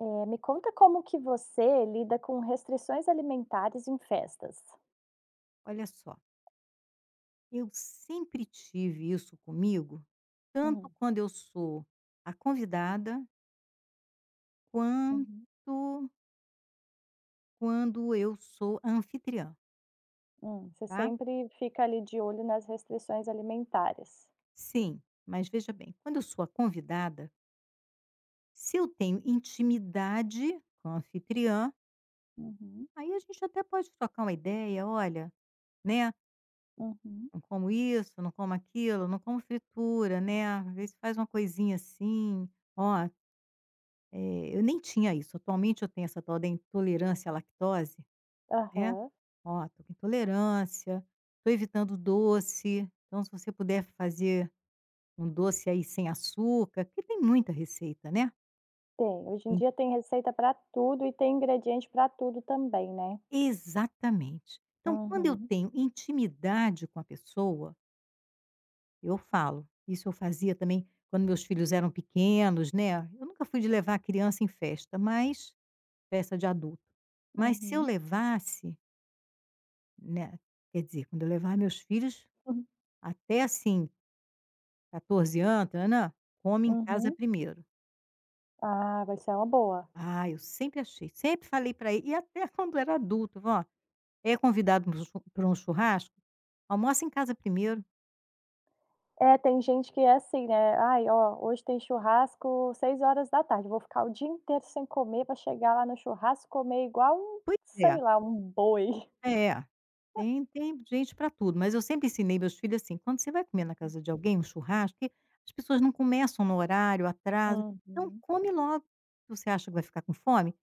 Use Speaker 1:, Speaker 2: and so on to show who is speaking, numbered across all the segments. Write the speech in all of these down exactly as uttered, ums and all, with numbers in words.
Speaker 1: Eh, me conta como que você lida com restrições alimentares em festas?
Speaker 2: Olha só, eu sempre tive isso comigo, tanto
Speaker 1: Hum.
Speaker 2: quando eu sou a convidada,
Speaker 1: Uhum.
Speaker 2: quanto quando eu sou a anfitriã,
Speaker 1: Hum, você
Speaker 2: tá?
Speaker 1: sempre fica ali de olho nas restrições alimentares.
Speaker 2: Sim, mas veja bem, quando eu sou a convidada, se eu tenho intimidade com a anfitriã,
Speaker 1: Uhum.
Speaker 2: aí a gente até pode trocar uma ideia, olha, né?
Speaker 1: Uhum.
Speaker 2: Não como isso, não como aquilo, não como fritura, né? Às vezes faz uma coisinha assim, ó. Eh, eu nem tinha isso, atualmente eu tenho essa tal da intolerância à lactose, né.
Speaker 1: Aham,
Speaker 2: Ó, tô com intolerância, tô evitando doce, então se você puder fazer um doce aí sem açúcar, porque tem muita receita, né.
Speaker 1: tem. Hoje em
Speaker 2: En
Speaker 1: dia tem receita para tudo e tem ingrediente para tudo também, né?
Speaker 2: Exatamente. Então quando eu
Speaker 1: Uhum.
Speaker 2: tenho intimidade com a pessoa, eu falo. Isso eu fazia também quando meus filhos eram pequenos, né, eu nunca fui de levar a criança em festa, mas festa de adulto. Mas se eu
Speaker 1: Uhum.
Speaker 2: levasse, né, quer dizer, quando eu levar meus filhos
Speaker 1: Uhum.
Speaker 2: até, assim, catorze anos, Ana come em casa
Speaker 1: Uhum.
Speaker 2: primeiro.
Speaker 1: Ah, vai ser uma boa.
Speaker 2: Ah, eu sempre achei, sempre falei para ele, e até quando era adulto: "Vó, é convidado para um um churrasco? Almoça em casa primeiro".
Speaker 1: É, tem gente que é assim, né: "Ai, ó, hoje tem churrasco seis horas da tarde. Vou ficar o dia inteiro sem comer para chegar lá no churrasco comer igual um,
Speaker 2: Pois é.
Speaker 1: sei lá, um boi".
Speaker 2: É. Tem tem gente para tudo, mas eu sempre ensinei meus filhos assim: quando você vai comer na casa de alguém, um churrasco, que as pessoas não começam no horário, atrasa, então
Speaker 1: Uhum.
Speaker 2: come logo. Você acha que vai ficar com fome?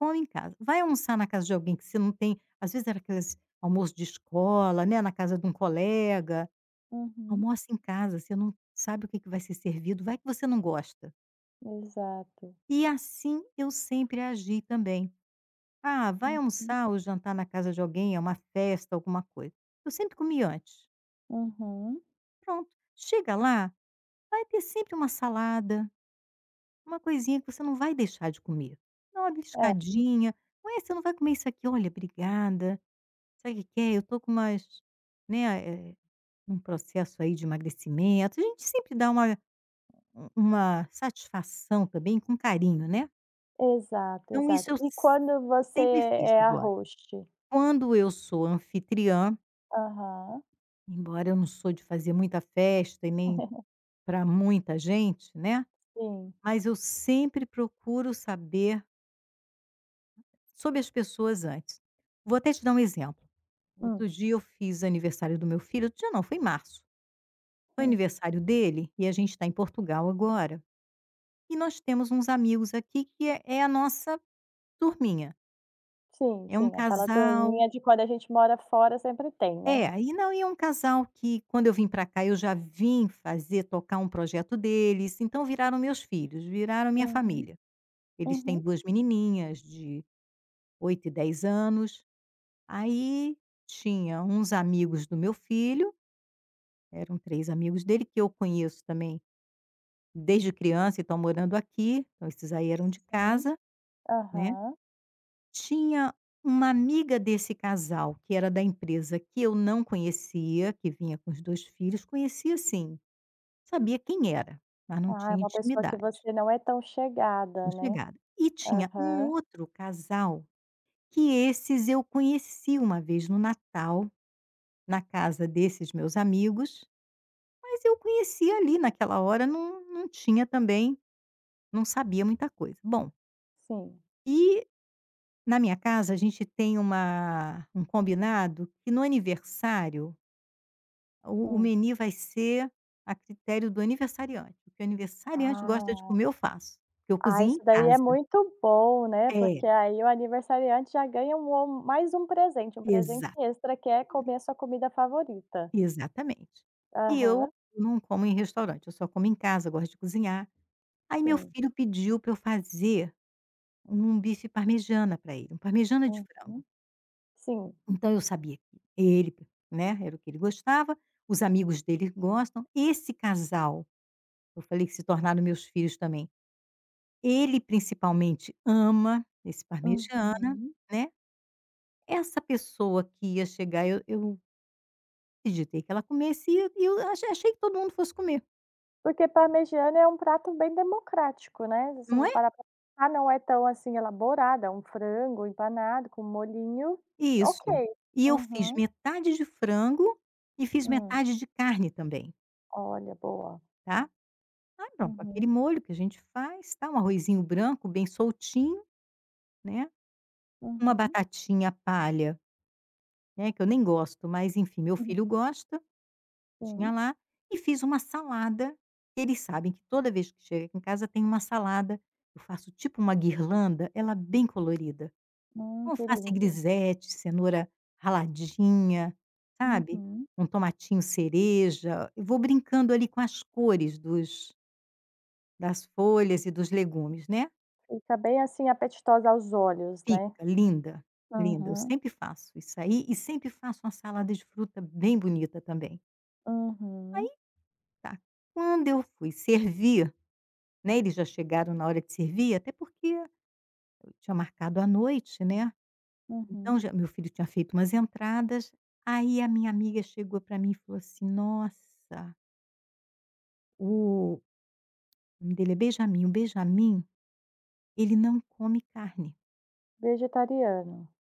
Speaker 2: Come em casa. Vai almoçar na casa de alguém que você não tem, às vezes era aqueles almoço de escola, né, na casa de um colega.
Speaker 1: Uhum.
Speaker 2: Almoça em casa, você não sabe o que que vai ser servido, vai que você não gosta.
Speaker 1: Exato.
Speaker 2: E assim eu sempre agi também. Ah, vai
Speaker 1: Uhum.
Speaker 2: almoçar ou jantar na casa de alguém, é uma festa, alguma coisa. Eu sempre comi antes.
Speaker 1: Uhum.
Speaker 2: Pronto. Chega lá, vai ter sempre uma salada, uma coisinha que você não vai deixar de comer. Dá uma
Speaker 1: É,
Speaker 2: beliscadinha. "Ué, você não vai comer isso aqui? Olha, obrigada". Sabe o que que é? Eu tô com umas, né, eh, um processo aí de emagrecimento, a gente sempre dá uma, um, uma satisfação também com carinho, né.
Speaker 1: exato,
Speaker 2: Então isso
Speaker 1: exato.
Speaker 2: eu
Speaker 1: E
Speaker 2: s
Speaker 1: quando você
Speaker 2: sempre fiz
Speaker 1: é a
Speaker 2: agora.
Speaker 1: host?
Speaker 2: Quando eu sou anfitriã,
Speaker 1: Aham.
Speaker 2: embora eu não sou de fazer muita festa e nem para muita gente, né,
Speaker 1: Sim.
Speaker 2: mas eu sempre procuro saber sobre as pessoas antes. Vou até te dar um exemplo.
Speaker 1: Hum,
Speaker 2: Outro dia eu fiz aniversário do meu filho, outro dia não, foi em março. Foi
Speaker 1: hum.
Speaker 2: aniversário dele e a gente está em Portugal agora, e nós temos uns amigos aqui que é é a nossa turminha.
Speaker 1: Sim,
Speaker 2: É um
Speaker 1: sim, aquela
Speaker 2: casal,
Speaker 1: turminha de quando a gente mora fora sempre tem, né?
Speaker 2: é, e não, e é um casal que quando eu vim para cá eu já vim fazer, tocar um projeto deles, então viraram meus filhos, viraram minha
Speaker 1: Uhum.
Speaker 2: família. Eles têm
Speaker 1: Uhum.
Speaker 2: duas menininhas de oito e dez anos. Aí tinha uns amigos do meu filho, eram três amigos dele que eu conheço também desde criança e estão morando aqui, então esses aí eram de
Speaker 1: Sim,
Speaker 2: casa. Né?
Speaker 1: aham.
Speaker 2: Tinha uma amiga desse casal, que era da empresa, que eu não conhecia, que vinha com os dois filhos, conhecia sim, sabia quem era, mas não
Speaker 1: Ah, é
Speaker 2: tinha
Speaker 1: uma pessoa que
Speaker 2: intimidade,
Speaker 1: você não é tão chegada,
Speaker 2: não
Speaker 1: né.
Speaker 2: chegada. E tinha um
Speaker 1: Aham,
Speaker 2: outro casal, que esses eu conheci uma vez no Natal, na casa desses meus amigos, mas eu conhecia ali naquela hora, não não tinha também, não sabia muita coisa. Bom,
Speaker 1: sim.
Speaker 2: e na minha casa, a gente tem uma, um combinado que no aniversário, o o
Speaker 1: Hum.
Speaker 2: menu vai ser a critério do aniversariante. O que o aniversariante gosta de
Speaker 1: Ah.
Speaker 2: comer, eu faço, porque eu
Speaker 1: Ah,
Speaker 2: cozinho
Speaker 1: isso
Speaker 2: em
Speaker 1: daí é
Speaker 2: casa.
Speaker 1: muito bom, né,
Speaker 2: É,
Speaker 1: porque aí o aniversariante já ganha um ou mais um presente, um presente
Speaker 2: exa
Speaker 1: extra que é comer a sua comida favorita.
Speaker 2: exatamente. E eu
Speaker 1: Aham,
Speaker 2: não como em restaurante, eu só como em casa, eu gosto de cozinhar. Aí meu
Speaker 1: sim.
Speaker 2: filho pediu para eu fazer um bife parmegiana para ele, um parmegiana de frango.
Speaker 1: Uhum. Sim.
Speaker 2: Então eu sabia que ele, né, era o que ele gostava, os amigos dele gostam. Esse casal, eu falei que se tornaram meus filhos também. Ele principalmente ama esse parmegiana,
Speaker 1: Uhum.
Speaker 2: né. Essa pessoa que ia chegar, eu eu acreditei que ela comesse, e eu e eu achei achei que todo mundo fosse comer,
Speaker 1: Porque parmegiana é um prato bem democrático, né, se você
Speaker 2: não
Speaker 1: vou
Speaker 2: é?
Speaker 1: parar pra pensar não é tão, assim, elaborada, é um frango empanado com molhinho,
Speaker 2: Isso.
Speaker 1: ok.
Speaker 2: E eu fiz
Speaker 1: Uhum.
Speaker 2: metade de frango e fiz
Speaker 1: Hum.
Speaker 2: metade de carne também,
Speaker 1: Olha, boa.
Speaker 2: tá. Aí pronto, aquele
Speaker 1: Uhum.
Speaker 2: molho que a gente faz, tá, um arrozinho branco bem soltinho, né, uma
Speaker 1: Uhum.
Speaker 2: batatinha palha, né, que eu nem gosto, mas enfim, meu
Speaker 1: Uhum.
Speaker 2: filho gosta. Tinha
Speaker 1: Sim.
Speaker 2: lá, e fiz uma salada. Eles sabem que toda vez que chega aqui em casa tem uma salada. Eu faço tipo uma guirlanda, ela bem colorida.
Speaker 1: Hum, que
Speaker 2: Alface
Speaker 1: lindo.
Speaker 2: grisete, cenoura raladinha, sabe,
Speaker 1: Uhum.
Speaker 2: um tomatinho cereja. Eu vou brincando ali com as cores dos, das folhas e dos legumes, né.
Speaker 1: Fica bem, assim, apetitosa aos olhos, né.
Speaker 2: Fica linda, linda. Eu
Speaker 1: Uhum.
Speaker 2: sempre faço isso aí e sempre faço uma salada de fruta bem bonita também. Aí
Speaker 1: Uhum.
Speaker 2: tá. Quando eu fui servir, né, eles já chegaram na hora de servir, até porque eu tinha marcado à noite, né, então
Speaker 1: Uhum.
Speaker 2: já meu filho tinha feito umas entradas, aí a minha amiga chegou para mim e falou assim: "Nossa, o o nome dele é Benjamin, o Benjamin, ele não come carne".
Speaker 1: Vegetariano.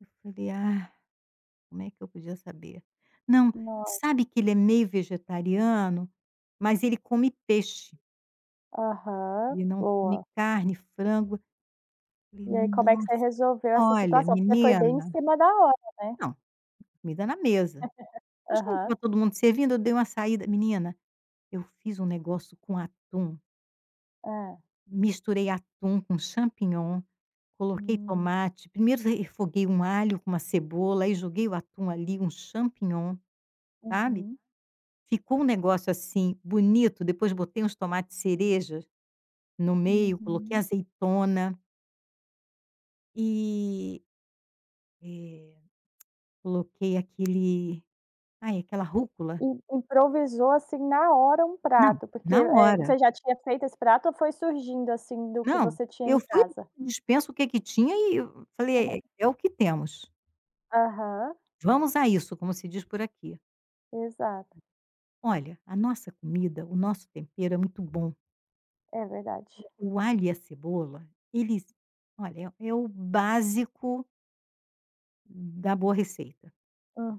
Speaker 2: Eu falei: "Ah, como é que eu podia saber?". "Não,
Speaker 1: Nossa.
Speaker 2: sabe que ele é meio vegetariano, mas ele come peixe,
Speaker 1: Aham,
Speaker 2: ele não come
Speaker 1: boa.
Speaker 2: carne, frango". Eu falei:
Speaker 1: E aí como é que você
Speaker 2: "Nossa".
Speaker 1: resolveu essa
Speaker 2: Olha,
Speaker 1: situação? Porque foi
Speaker 2: menina,
Speaker 1: bem em cima da hora, né?
Speaker 2: não, comida na mesa. Mas como
Speaker 1: Aham.
Speaker 2: estava todo mundo servindo, eu dei uma saída, menina, eu fiz um negócio com atum,
Speaker 1: É.
Speaker 2: misturei atum com champignon, coloquei
Speaker 1: Hum.
Speaker 2: tomate, primeiro refoguei um alho com uma cebola, aí joguei o atum ali, um champignon, sabe.
Speaker 1: Uhum.
Speaker 2: Ficou um negócio, assim, bonito, depois botei uns tomates cereja no meio, coloquei
Speaker 1: Uhum.
Speaker 2: azeitona e, eh, coloquei aquele, ai, aquela rúcula.
Speaker 1: E improvisou, assim, na hora um
Speaker 2: Não,
Speaker 1: prato, porque,
Speaker 2: na
Speaker 1: eh,
Speaker 2: hora.
Speaker 1: você já tinha feito esse prato ou foi surgindo, assim, do que
Speaker 2: Não,
Speaker 1: você tinha
Speaker 2: eu
Speaker 1: em
Speaker 2: fui
Speaker 1: casa?
Speaker 2: dispensa o que é que tinha e eu falei: "É é o que temos,
Speaker 1: Aham,
Speaker 2: vamos a isso", como se diz por aqui.
Speaker 1: exato.
Speaker 2: Olha, a nossa comida, o nosso tempero é muito bom.
Speaker 1: É verdade.
Speaker 2: O alho e a cebola, eles, olha, é o básico da boa receita,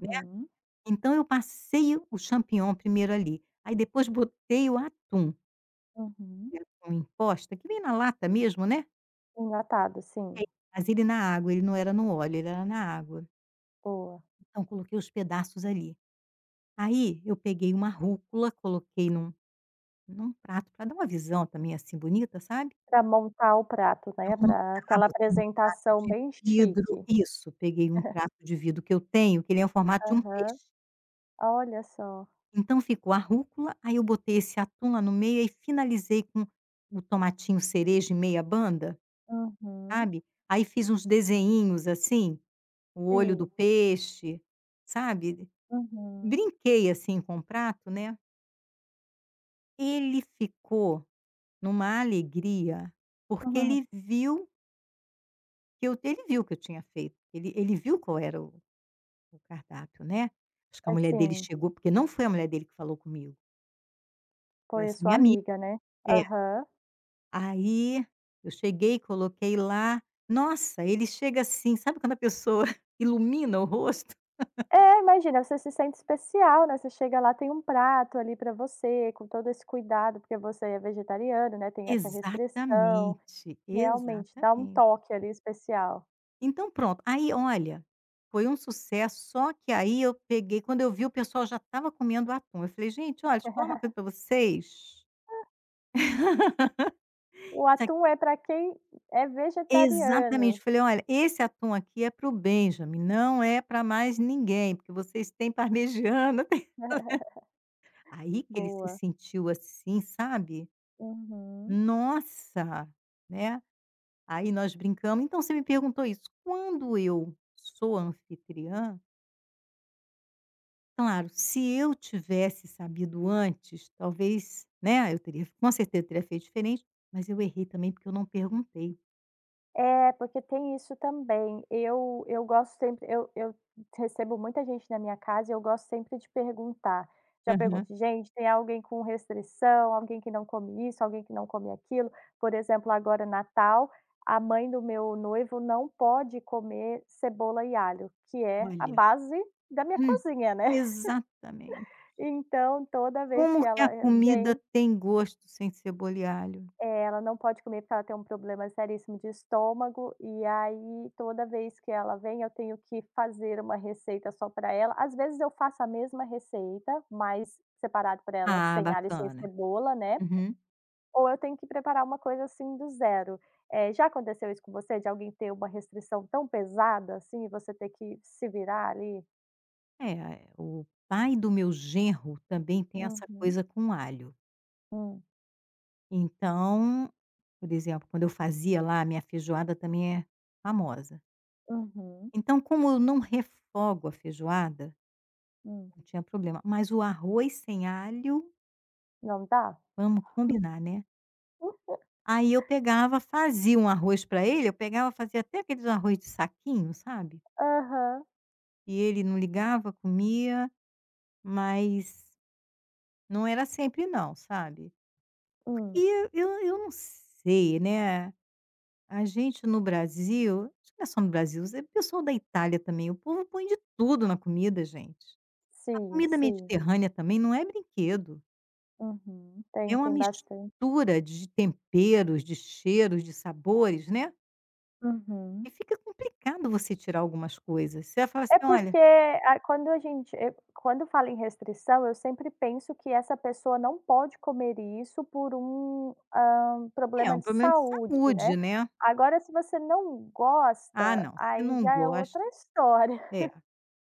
Speaker 2: né. Então eu passei o champignon primeiro ali, aí depois botei o atum,
Speaker 1: Uhum.
Speaker 2: que é atum em posta, que vem na lata mesmo, né.
Speaker 1: Enlatado,
Speaker 2: É,
Speaker 1: sim.
Speaker 2: mas ele na água, ele não era no óleo, ele era na água.
Speaker 1: Boa.
Speaker 2: Então coloquei os pedaços ali. Aí eu peguei uma rúcula, coloquei num num prato para dar uma visão também, assim, bonita, sabe.
Speaker 1: Pra montar o prato,
Speaker 2: Pra
Speaker 1: né, pra
Speaker 2: montar,
Speaker 1: aquela
Speaker 2: botei um prato
Speaker 1: apresentação
Speaker 2: de
Speaker 1: bem
Speaker 2: vidro.
Speaker 1: chique.
Speaker 2: Isso, peguei um prato de vidro que eu tenho, que ele é o formato de um
Speaker 1: Aham.
Speaker 2: peixe.
Speaker 1: Olha só.
Speaker 2: Então ficou a rúcula, aí eu botei esse atum lá no meio, e finalizei com o tomatinho cereja em meia banda,
Speaker 1: Uhum.
Speaker 2: sabe. Aí fiz uns desenhinhos, assim, o olho do
Speaker 1: Sim.
Speaker 2: peixe, sabe.
Speaker 1: Uhum.
Speaker 2: Brinquei, assim, com o prato, né. Ele ficou numa alegria, porque ele viu que eu, ele viu o que eu tinha feito, ele ele viu qual era o o cardápio, né. Acho que a mulher dele
Speaker 1: Assim,
Speaker 2: chegou porque não foi a mulher dele que falou comigo, foi
Speaker 1: foi a
Speaker 2: essa
Speaker 1: sua
Speaker 2: minha amiga,
Speaker 1: amiga, né?
Speaker 2: é.
Speaker 1: Aham.
Speaker 2: Aí, eu cheguei, coloquei lá, nossa, ele chega assim, sabe quando a pessoa ilumina o rosto?
Speaker 1: É, imagina, você se sente especial, né, você chega lá, tem um prato ali pra você, com todo esse cuidado, porque você é vegetariano, né, tem essa restrição,
Speaker 2: Exatamente,
Speaker 1: realmente dá um
Speaker 2: exatamente.
Speaker 1: toque ali especial.
Speaker 2: Então pronto, aí olha, foi um sucesso, só que aí eu peguei, quando eu vi o pessoal já estava comendo atum, eu falei: "Gente, olha, deixa eu falar uma coisa para vocês".
Speaker 1: O
Speaker 2: Isso aqui,
Speaker 1: atum é pra quem é
Speaker 2: exatamente,
Speaker 1: vegetariano.
Speaker 2: eu falei: "Olha, esse atum aqui é para o Benjamin, não é para mais ninguém, porque vocês têm parmegiana". Aí que ele se
Speaker 1: Boa.
Speaker 2: sentiu assim, sabe,
Speaker 1: Uhum.
Speaker 2: nossa, né, aí nós brincamos. Então você me perguntou isso, quando eu sou anfitriã, claro, se eu tivesse sabido antes, talvez, né, eu teria, com certeza teria feito diferente, mas eu errei também, porque eu não perguntei.
Speaker 1: É, porque tem isso também. Eu eu gosto sempre, eu eu recebo muita gente na minha casa e eu gosto sempre de perguntar. Já
Speaker 2: Aham.
Speaker 1: pergunto: "Gente, tem alguém com restrição? Alguém que não come isso? Alguém que não come aquilo?". Por exemplo, agora Natal, a mãe do meu noivo não pode comer cebola e alho, que é a
Speaker 2: Olha.
Speaker 1: base da minha
Speaker 2: Hum,
Speaker 1: cozinha, né.
Speaker 2: exatamente.
Speaker 1: Então toda vez
Speaker 2: Como
Speaker 1: que
Speaker 2: que a
Speaker 1: ela eh,
Speaker 2: comida
Speaker 1: vem.
Speaker 2: tem gosto sem cebola e alho?
Speaker 1: É, ela não pode comer porque ela tem um problema seríssimo de estômago, e aí toda vez que ela vem eu tenho que fazer uma receita só para ela. Às vezes eu faço a mesma receita, mas separado para ela,
Speaker 2: Ah,
Speaker 1: sem alho e sem
Speaker 2: bacana.
Speaker 1: cebola, né,
Speaker 2: Uhum.
Speaker 1: ou eu tenho que preparar uma coisa, assim, do zero. Eh, já aconteceu isso com você, de alguém ter uma restrição tão pesada, assim, e você ter que se virar ali?
Speaker 2: É, eh, o pai do meu genro também tem essa
Speaker 1: Uhum.
Speaker 2: coisa com alho.
Speaker 1: Hum.
Speaker 2: Então, por exemplo, quando eu fazia lá, a minha feijoada também é famosa.
Speaker 1: Uhum.
Speaker 2: Então, como eu não refogo a feijoada,
Speaker 1: Hum.
Speaker 2: não tinha problema. Mas o arroz sem alho,
Speaker 1: Não dá?
Speaker 2: vamos combinar, né. Aí eu pegava, fazia um arroz para ele, eu pegava, fazia até aqueles arroz de saquinho, sabe.
Speaker 1: Aham.
Speaker 2: E ele não ligava, comia, mas não era sempre não, sabe. E
Speaker 1: Hum.
Speaker 2: eu eu eu não sei, né, a gente no Brasil, acho que não é só no Brasil, é o pessoal da Itália também, o povo põe de tudo na comida, gente. A
Speaker 1: Sim,
Speaker 2: comida
Speaker 1: sim.
Speaker 2: mediterrânea também não é brinquedo.
Speaker 1: Uhum.
Speaker 2: É
Speaker 1: Tem,
Speaker 2: uma
Speaker 1: tem bastante.
Speaker 2: mistura de temperos, de cheiros, de sabores, né,
Speaker 1: Uhum.
Speaker 2: e fica complicado você tirar algumas coisas. Você vai falar assim:
Speaker 1: É
Speaker 2: "Olha,
Speaker 1: porque a quando a gente e quando fala em restrição, eu sempre penso que essa pessoa não pode comer isso por um, hã,
Speaker 2: é
Speaker 1: problema
Speaker 2: um
Speaker 1: de
Speaker 2: problema de
Speaker 1: saúde,
Speaker 2: saúde,
Speaker 1: né.
Speaker 2: né.
Speaker 1: Agora se você não
Speaker 2: Ah,
Speaker 1: gosta,
Speaker 2: não, se
Speaker 1: aí
Speaker 2: não
Speaker 1: já é
Speaker 2: gosta",
Speaker 1: outra história.
Speaker 2: é,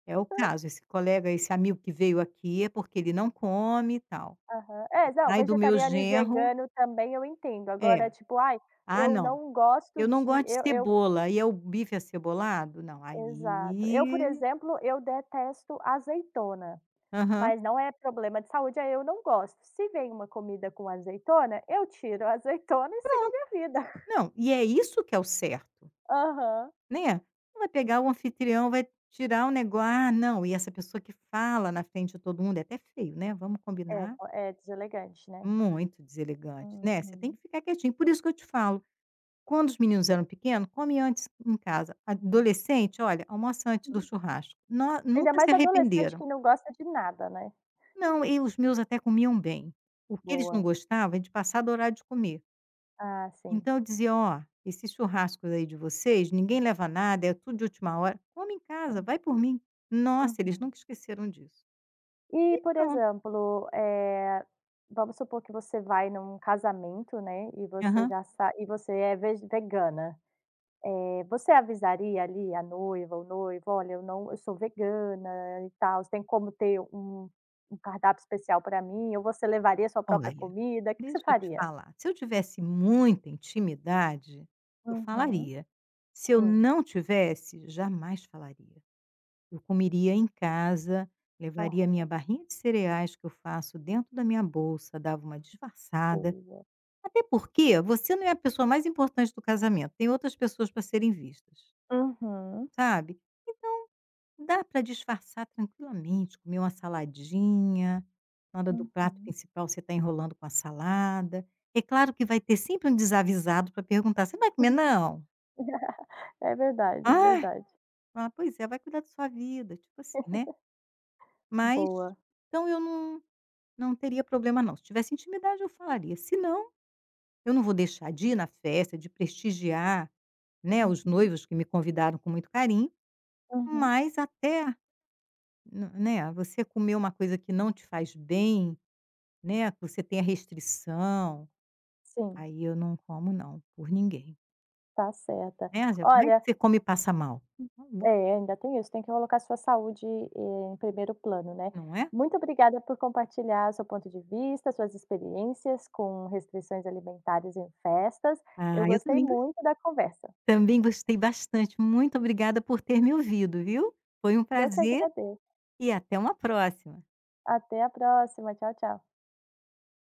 Speaker 2: é o caso. Esse colega, esse amigo que veio aqui é porque ele não come e tal.
Speaker 1: Aham. É, não,
Speaker 2: Aí do meu
Speaker 1: vegetariano e
Speaker 2: genro
Speaker 1: vegano também eu entendo,
Speaker 2: é:
Speaker 1: agora tipo: "Ai,
Speaker 2: "Ah,
Speaker 1: eu
Speaker 2: não,
Speaker 1: não gosto
Speaker 2: eu não
Speaker 1: de",
Speaker 2: gosto de
Speaker 1: eu eu
Speaker 2: cebola e é o bife acebolado?". Não,
Speaker 1: exato. Eu, por
Speaker 2: aí,
Speaker 1: exemplo, eu detesto azeitona.
Speaker 2: aham.
Speaker 1: Mas não é problema de saúde, aí eu não gosto. Se vem uma comida com azeitona, eu tiro a azeitona e sigo a minha vida.
Speaker 2: Não, e é isso que é o certo.
Speaker 1: Aham.
Speaker 2: Né, vai pegar o anfitrião, vai tirar o negócio, "Ah, não, e essa pessoa que fala na frente de todo mundo", é até feio, né, vamos
Speaker 1: É,
Speaker 2: combinar,
Speaker 1: co é deselegante, né.
Speaker 2: muito deselegante, né, você tem
Speaker 1: Uhum.
Speaker 2: que ficar quietinho. Por isso que eu te falo, quando os meninos eram pequenos, come antes em casa, adolescente, olha, almoça antes do churrasco. No,
Speaker 1: Ainda
Speaker 2: nunca se
Speaker 1: mais adolescente
Speaker 2: arrependeram.
Speaker 1: que não gosta de nada, né.
Speaker 2: Não, e os meus até comiam bem. O que eles não
Speaker 1: Boa.
Speaker 2: gostavam é de passar do horário de comer.
Speaker 1: Ah, sim.
Speaker 2: Então eu dizia: "Ó, esses churrascos aí de vocês, ninguém leva nada, é tudo de última hora. Come em casa,
Speaker 1: Hum.
Speaker 2: vai por mim". Nossa, eles
Speaker 1: Uhum.
Speaker 2: nunca esqueceram disso.
Speaker 1: E, por
Speaker 2: Pronto.
Speaker 1: exemplo, eh, vamos supor que você vai num casamento, né, e você
Speaker 2: Aham.
Speaker 1: já sa e você é vege vegana. Você avisaria ali a noiva, o noivo: "Olha, eu não eu sou vegana e tal, você tem como ter um um cardápio especial para mim?" Ou você levaria sua própria
Speaker 2: Olha,
Speaker 1: comida? O que que você
Speaker 2: deixa eu te
Speaker 1: faria?
Speaker 2: falar, se eu tivesse muita intimidade, eu
Speaker 1: Uhum.
Speaker 2: falaria. Se eu
Speaker 1: Sim.
Speaker 2: não tivesse, jamais falaria. Eu comeria em casa, levaria minha
Speaker 1: Aham.
Speaker 2: barrinha de cereais que eu faço dentro da minha bolsa, dava uma disfarçada.
Speaker 1: Boa.
Speaker 2: Até porque você não é a pessoa mais importante do casamento, tem outras pessoas para serem vistas,
Speaker 1: Uhum.
Speaker 2: sabe. Então dá para disfarçar tranquilamente, comer uma saladinha, na hora do prato
Speaker 1: Uhum.
Speaker 2: principal você está enrolando com a salada. É claro que vai ter sempre um desavisado para perguntar: "Você não vai comer não?".
Speaker 1: É verdade, é
Speaker 2: "Ah!",
Speaker 1: verdade.
Speaker 2: fala: "Pois é, vai cuidar da sua vida", tipo assim, né. Mas
Speaker 1: Boa.
Speaker 2: então eu não não teria problema não, se tivesse intimidade eu falaria, se não, eu não vou deixar de ir na festa, de prestigiar, né, os
Speaker 1: Uhum.
Speaker 2: noivos que me convidaram com muito carinho,
Speaker 1: Uhum.
Speaker 2: mas até, n né, você comer uma coisa que não te faz bem, né, que você tenha restrição,
Speaker 1: Sim,
Speaker 2: aí eu não como não, por ninguém,
Speaker 1: tá certa.
Speaker 2: né, já vai que
Speaker 1: Olha,
Speaker 2: você come e passa mal.
Speaker 1: é, ainda tem isso, tem que colocar sua saúde, eh, em primeiro plano, né.
Speaker 2: Não é?
Speaker 1: Muito obrigada por compartilhar seu ponto de vista, suas experiências com restrições alimentares em festas.
Speaker 2: Ah,
Speaker 1: Eu
Speaker 2: eu
Speaker 1: gostei
Speaker 2: também gos
Speaker 1: muito da conversa.
Speaker 2: também gostei bastante, muito obrigada por ter me ouvido, viu. Foi um
Speaker 1: Eu que
Speaker 2: prazer
Speaker 1: agradeço.
Speaker 2: e até uma próxima.
Speaker 1: Até a próxima. Tchau, tchau.